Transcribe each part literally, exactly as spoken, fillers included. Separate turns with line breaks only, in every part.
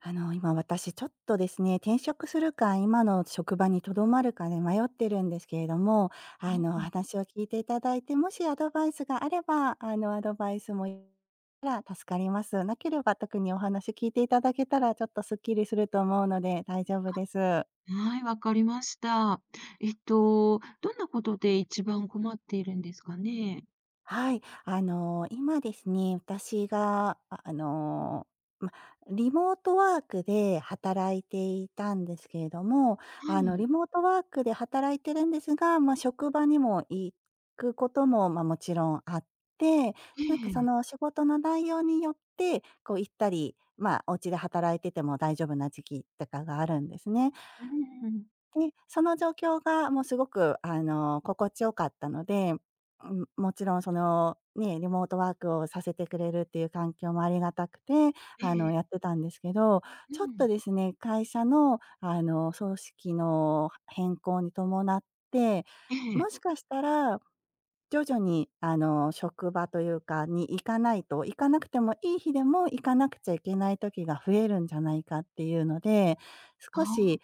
あの、今私ちょっとですね、転職するか、今の職場にとどまるかで迷ってるんですけれども、あの、お話を聞いていただいて、もしアドバイスがあれば、あの、アドバイスもいたら助かります。なければ特にお話聞いていただけたら、ちょっとスッキリすると思うので大丈夫です。
はい、わかりました。えっと、どんなことで一番困っているんですかね？
はい。あの、今ですね、私が、ああの、ま、リモートワークで働いていたんですけれども、
は
あの、
い、
リモートワークで働いてるんですが、ま、職場にも行くことも、ま、もちろんあって、
え
なんかそ
え。
の仕事の内容によって、こう行ったり、まあ、お家で働いてても大丈夫な時期とかがあるんですね。
うん
で、その状況がもうすごく、あの、心地よかったので、うん、もちろんその、ね、リモートワークをさせてくれるっていう環境もありがたくて、
え
あの、や
え、
ってたんですけど、
う
ちょっと
ん。
ですね、会社の、あの、組織の変更に伴って、
ええ。
もしかしたら、徐々に、あの、職場というかに行かないと、行かなくてもいい日でも行かなくちゃいけない時が増えるんじゃないかっていうので
あ
少
あ。
し、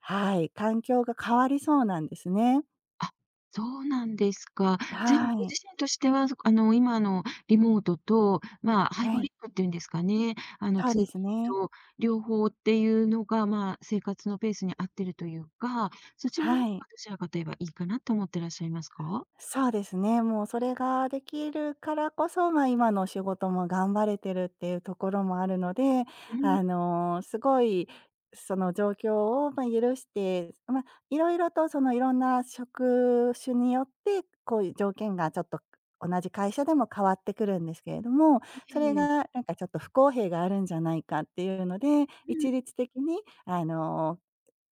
はい、環境が変わりそうなんですね。
あ、そうなんですか。全ご
はい。
自身としては、あの、今のリモートと、まあ、ハイ
は
ブリ
い。
ッドっていうんですかね、あの、
そう
通
で
勤
すね。
と両方っていうのが、まあ、生活のペースに合ってるというか、そちらの方
は
が
い。
どちらかと言えばいいかなと思ってらっしゃいますか？
そうですね。もうそれができるからこそ、ま、あ今の仕事も頑張れてるっていうところもあるので、
うん、
あの、すごいその状況を、ま、許して、まあ、いろいろとそのいろんな職種によって、こういう条件がちょっと同じ会社でも変わってくるんですけれども、それ
ええ。
がなんかちょっと不公平があるんじゃないかっていうので、
う
一
ん。
律的にあの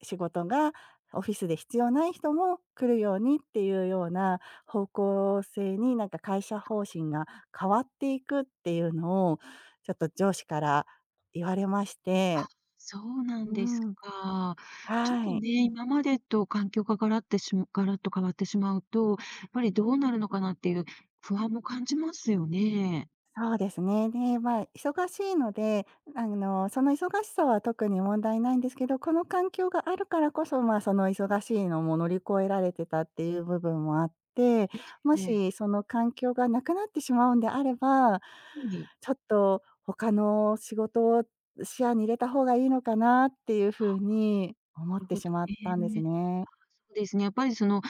仕事がオフィスで必要ない人も来るようにっていうような方向性に、なんか会社方針が変わっていくっていうのを、ちょっと上司から言われまして。
そうな
う
んです
ん。
か。ちょっと
はい。
ね、今までと環境がガラってしまガラッと変わってしまうと、やっぱりどうなるのかなっていう不安も感じますよね。
そうですね。で、まあ、忙しいので、あの、その忙しさは特に問題ないんですけど、この環境があるからこそ、まあ、その忙しいのも乗り越えられてたっていう部分もあって、も
ええ。
しその環境がなくなってしまうんであれば、
はい、
ちょっと他の仕事を視野に入れた方がいいのかなっていうふうに思っ
なる
て
ほ
し
ど
まったんです
ね。
ね。
そうですね、やっぱりその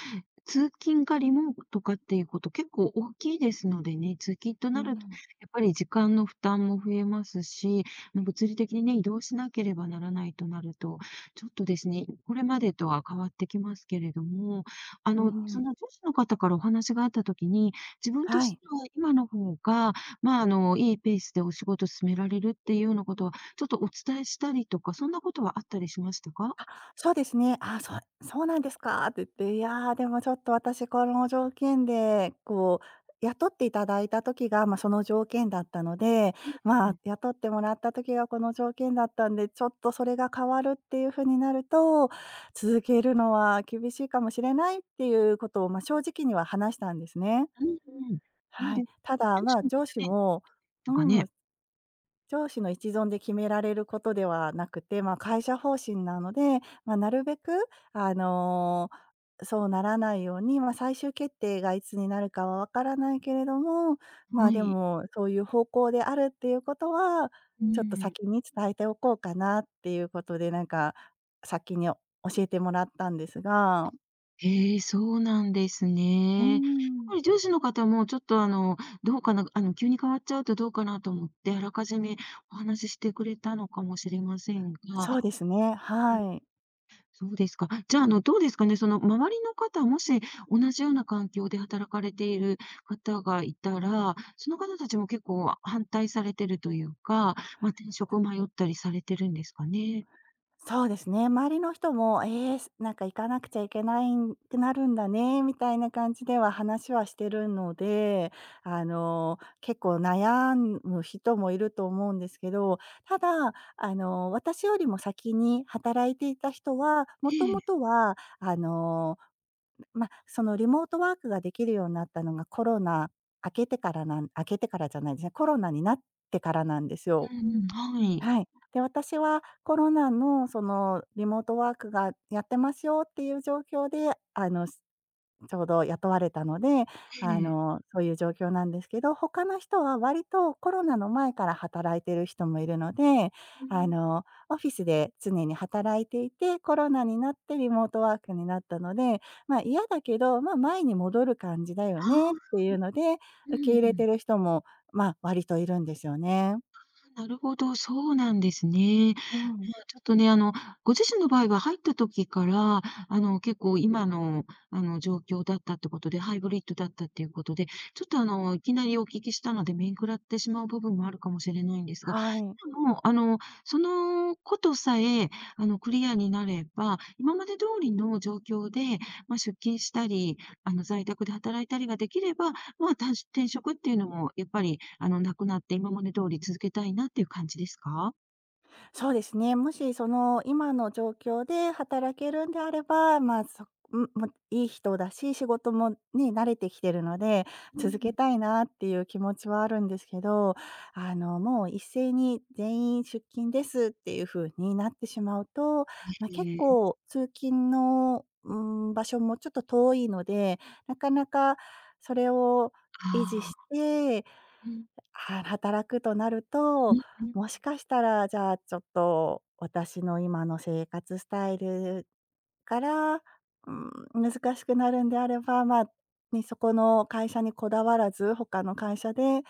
通勤かリモートかっていうこと結構大きいですのでね、通勤と
う
なると、
ん、
やっぱり時間の負担も増えますし、ま物理的にね、移動しなければならないとなると、ちょっとですね、これまでとは変わってきますけれども、あ
う
の、そ
ん、
の上司の方からお話があったときに、自分と
は
して
い。
は今の方が、まあ、あの、いいペースでお仕事進められるっていうようなことは、ちょっとお伝えしたりとか、そんなことはあったりしましたか？
そうですね。あそうそうなんですかって言って、いやー、でもちょっと私この条件で、こう、雇っていただいた時が、まあ、その条件だったので、
うんう
まあ、
ん。
雇ってもらった時がこの条件だったんで、ちょっとそれが変わるっていう風になると、続けるのは厳しいかもしれないっていうことを、まあ、正直には話したんですね。
うんうん。そう
は
で
い。
す。
た
上
だ、ま
司
あ、
の方
上司
ね
も
とか
う
ね、
ん、上司の一存で決められることではなくて、まあ、会社方針なので、まあ、なるべく、あの、そうならないように、まあ、最終決定がいつになるかはわからないけれども、ま
は
あ、で
い。
も、そういう方向であるっていうことは、
う
ちょっと
ん。
先に伝えておこうかなっていうことで、なんか、先に教えてもらったんですが。
へえ、そうなんです
う
ね。やっ
ん。
ぱり上司の方もちょっとあの、どうかな、あの、急に変わっちゃうとどうかなと思って、あらかじめお話ししてくれたのかもしれませんが、
そうですね、
ええ、
はい。
そうですか。じゃあ、あの、どうですかね、その周りの方、もし同じような環境で働かれている方がいたら、その方たちも結構反対されてるというか、ま、転職迷ったりされてるんですかね？
そうですね、周りの人も、ええ、すなんか行かなくちゃいけないんくなるんだね、みたいな感じでは話はしてるので、あのー、結構悩む人もいると思うんですけど、ただ、あのー、私よりも先に働いていた人は、も
え
と
え、う
もとは、あのー、ま、そのリモートワークができるようになったのがコロナ明けてからなん明けてからじゃないですね、コロナになってからなんですよ。
んうん、はい、
はい。で、私はコロナのそのリモートワークがやってますよっていう状況で、あの、すちょうど雇われたので、あ
ええ。
の、そういう状況なんですけど、他の人は割とコロナの前から働いてる人もいるので、
う
あ
ん。
の、オフィスで常に働いていて、コロナになってリモートワークになったので、まあ、嫌だけど、まあ、前に戻る感じだよ
あ
ねっ
あ、
ていうので、
う
受け
んう
入れ
ん。
てる人も、まあ、割といるんですよね。
なるほど、そうなんですね。
うん、
まあ、ちょっとね、あの、ご自身の場合は入った時から、あの、結構今の、あの、状況だったってことで、ハイブリッドだったっていうことで、ちょっと、あの、いきなりお聞きしたので、面食らってしまう部分もあるかもしれないんですが、
はい。
でも、あの、そのことさえ、あの、クリアになれば、今まで通りの状況で、まあ、出勤したり、あの、在宅で働いたりができれば、まあ、た転職っていうのもやっぱりあの、なくなって今まで通り続けたいなっていう感じですか？
そうですね。もしその今の状況で働けるんであれば、まあ、そん、もういい人だし、仕事もね、慣れてきてるので、
う
続け
ん。
たいなっていう気持ちはあるんですけど、あの、もう一斉に全員出勤ですっていう風になってしまうと、
へ
ま、結
え、
構通勤の、うーん、場所もちょっと遠いので、なかなかそれを維持
あ
し
あ。
て
うん。
は働くとなる
う
と、
んうん。
もしかしたら、じゃあ、ちょっと私の今の生活スタイルから、うん、難しくなるんであれば、まあ、ね、そこの会社にこだわらず、他の会社で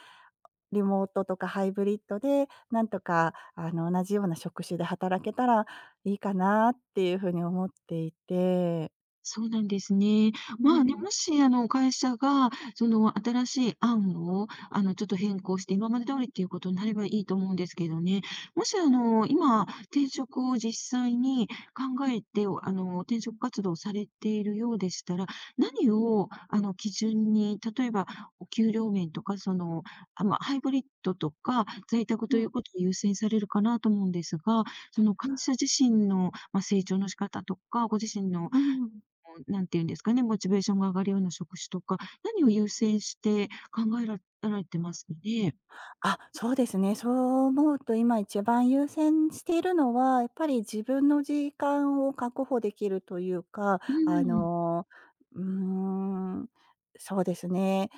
リモートとかハイブリッドで、なんとか、あの、同じような職種で働けたらいいかなっていうふうに思っていて。
そうなんですね。
うん
ま
うん
あね、も
う
しあの会社が、その新しい案をあのちょっと変更して、今まで通りっていうことになればいいと思うんですけどね。もしあの、今、転職を実際に考えて、あの、転職活動をされているようでしたら、何をあの基準に、例えばお給料面とか、その、あ、まあ、ハイブリッドとか、在宅ということを優先されるかなと思うんですが、その会社自身の、まあ、成長の仕方とか、ご自身の
ん。
こう、なんていうんですかね、モチベーションが上がるような職種とか、何を優先して考えらられてますかね？
あ、そうですね。そう思うと今一番優先しているのは、やっぱり自分の時間を確保できるというか、
う
あ
ーん。
の、うーん、そうですね。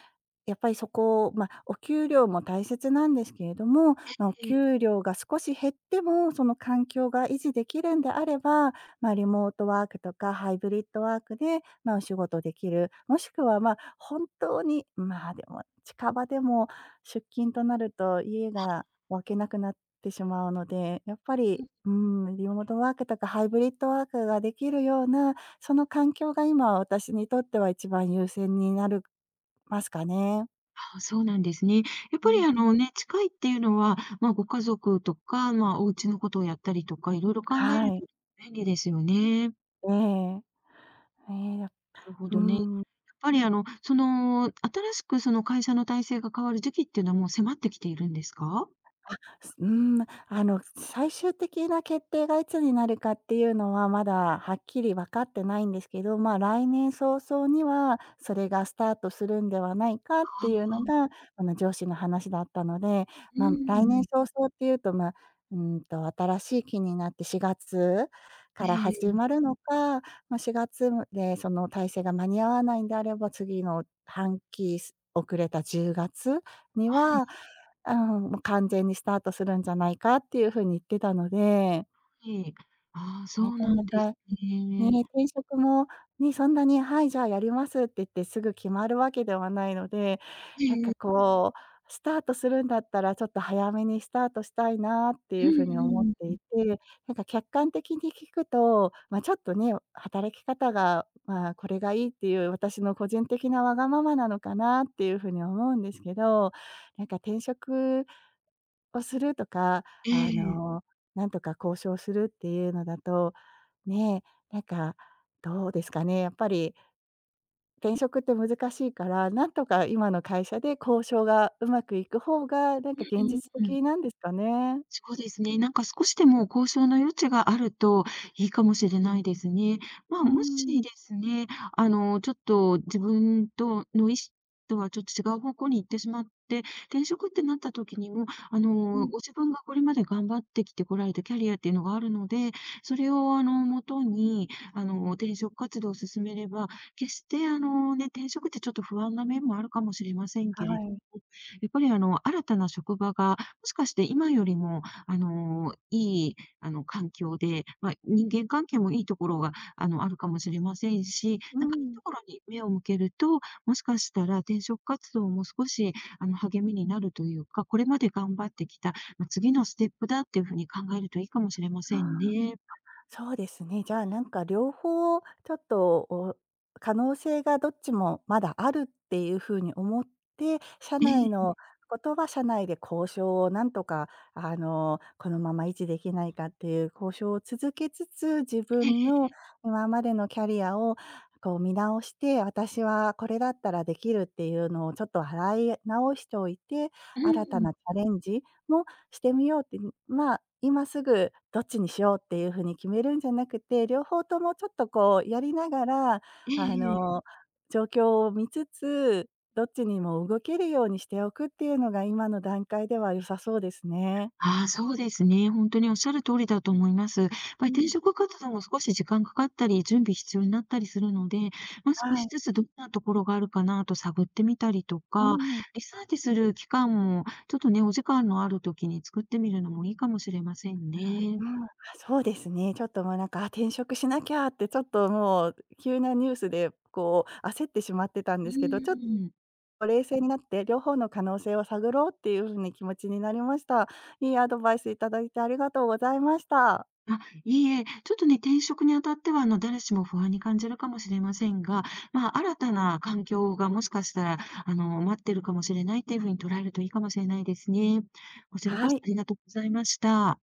やっぱりそこを、まあ、お給料も大切なんですけれども、まあ、お
ええ。
給料が少し減っても、その環境が維持できるんであれば、まあ、リモートワークとかハイブリッドワークで、まあ、お仕事できる、もしくは、まあ、本当に、まあ、でも近場でも出勤となると家が分けな
あ
くなってしまうので、やっぱ
う
り、
ん。
うん、リモートワークとかハイブリッドワークができるような、その環境が今私にとっては一番優先になるますかね。
ああ、そうなんですね。やっ
う
ぱり
ん、
あのね、近いっていうのは、ま、ご家族とか、ま、お家のことをやったりとか、色々考える
は
と
い。
便利ですよね。
ええ、ええ、だ
なるほ
う
どね。やっ
ーん。
ぱりあの、その、新しくその会社の体制が変わる時期っていうのはもう迫ってきているんですか？
うーん、あの、最終的な決定がいつになるかっていうのは、まだはっきり分かってないんですけど、まあ、来年早々には、それがスタートするんではないかっ
あ
ていうの
あ、
が、あの、上司の話だったので、
うー
まあ、来年
ん。
早々っていうと、まあ、うーんと、新しい期になってしがつから
え
始
え。
まるのか、まあ、しがつでその体制が間に合わないんであれば、次の半期す遅れたじゅうがつに
あ
は
あ。
うん、もう完全にスタートするんじゃないかっていう風に言ってたので、
ええ。ああ、そ
な
う
か
な
な
んです
か
ね。
ね、転職もね、そんなに「はい、じゃあやります」って言ってすぐ決まるわけではないので、
え
なん
えええ。
かこう、スタートするんだったらちょっと早めにスタートしたいなって
う
い
ん
う風に
う
思っ
ん
て
うん。
いて、なんか客観的に聞くと、ま、ちょっとね、働き方が、まあ、これがいいっていう私の個人的なわがままなのかなっていう風に思うんですけど、なんか転職をするとか、
え
あ
え。
の、なんとか交渉するっていうのだと、ね、なんか、どうですかね、やっぱり転職って難しいから、なんとか今の会社で交渉がうまくいく方が、なん
う
か現
ん
実
うん。
的なんですかね？
そうですね。なんか少しでも交渉の余地があるといいかもしれないですね。まあ、
う
もし
ん、
ですね、あの、ちょっと自分との意思とはちょっと違う方向に行ってしまって、転職ってなった時にも、あ
う
の、
ん、
ご自分がこれまで頑張ってきてこられたキャリアっていうのがあるので、それをあの、もとに、あの、転職活動を進めれば、決してあのね、転職ってちょっと不安な面もあるかもしれません
は
けれ
い。
ども、やっぱりあの、新たな職場がもしかして今よりも、あの、いい、あの、環境で、まあ、人間関係もいいところが、あの、あるかもしれませんし、
う
なんかいい
ん、
ところに目を向けると、もしかしたら転職活動も少し、あの、励みになるというか、これまで頑張ってきた、まあ、次のステップだっていうふうに考えるといいかもしれま
あ
せん
あ。
ね。
そうですね。じゃあ、なんか両方ちょっと、お可能性がどっちもまだあるっていう風に思って、社
え
内
え、
のことは社内で交渉をなんとか、あの、このまま維持できないかっていう交渉を続けつつ、自
え
分
え、
の今までのキャリアをこう見直して、私はこれだったらできるっていうのをちょっと洗い直しておいて、
う
新た
ん、
なチャレンジもしてみようって、まあ、今すぐどっちにしようっていうふうに決めるんじゃなくて、両方ともちょっとこうやりながら、
ええ
あ
ええうんええ
の、状況を見つつ、どっちにも動けるようにしておくっていうのが今の段階では良さそうですね。
ああ、そうですね。本当におっしゃる通りだと思います。やっぱり
う
転
ん。
職活動も少し時間かかったり、準備必要になったりするので、まあ、少
は
し
い。
ずつどんなところがあるかなと探ってみたりと
う
か、
ん。
リサーチする期間もちょっとね、お時間のある時に作ってみるのもいいかもしれませんね。
うん、あ、そうですね。ちょっともうなんか、あ、転職しなきゃってちょっともう急なニュースでこう焦ってしまってたん
う
ですけど、ちょっ
ん。
冷静になって、両方の可能性を探ろうっていう風に気持ちになりました。いいアドバイスいただいてありがとうございました。
あ、いいえ、ちょっとね、転職にあたっては、あの、誰しも不安に感じるかもしれませんが、まあ、新たな環境がもしかしたら、あの、待ってるかもしれないっていうふうに捉えるといいかもしれないですね。こちらこ
は
そあ
い。
りがとうございました。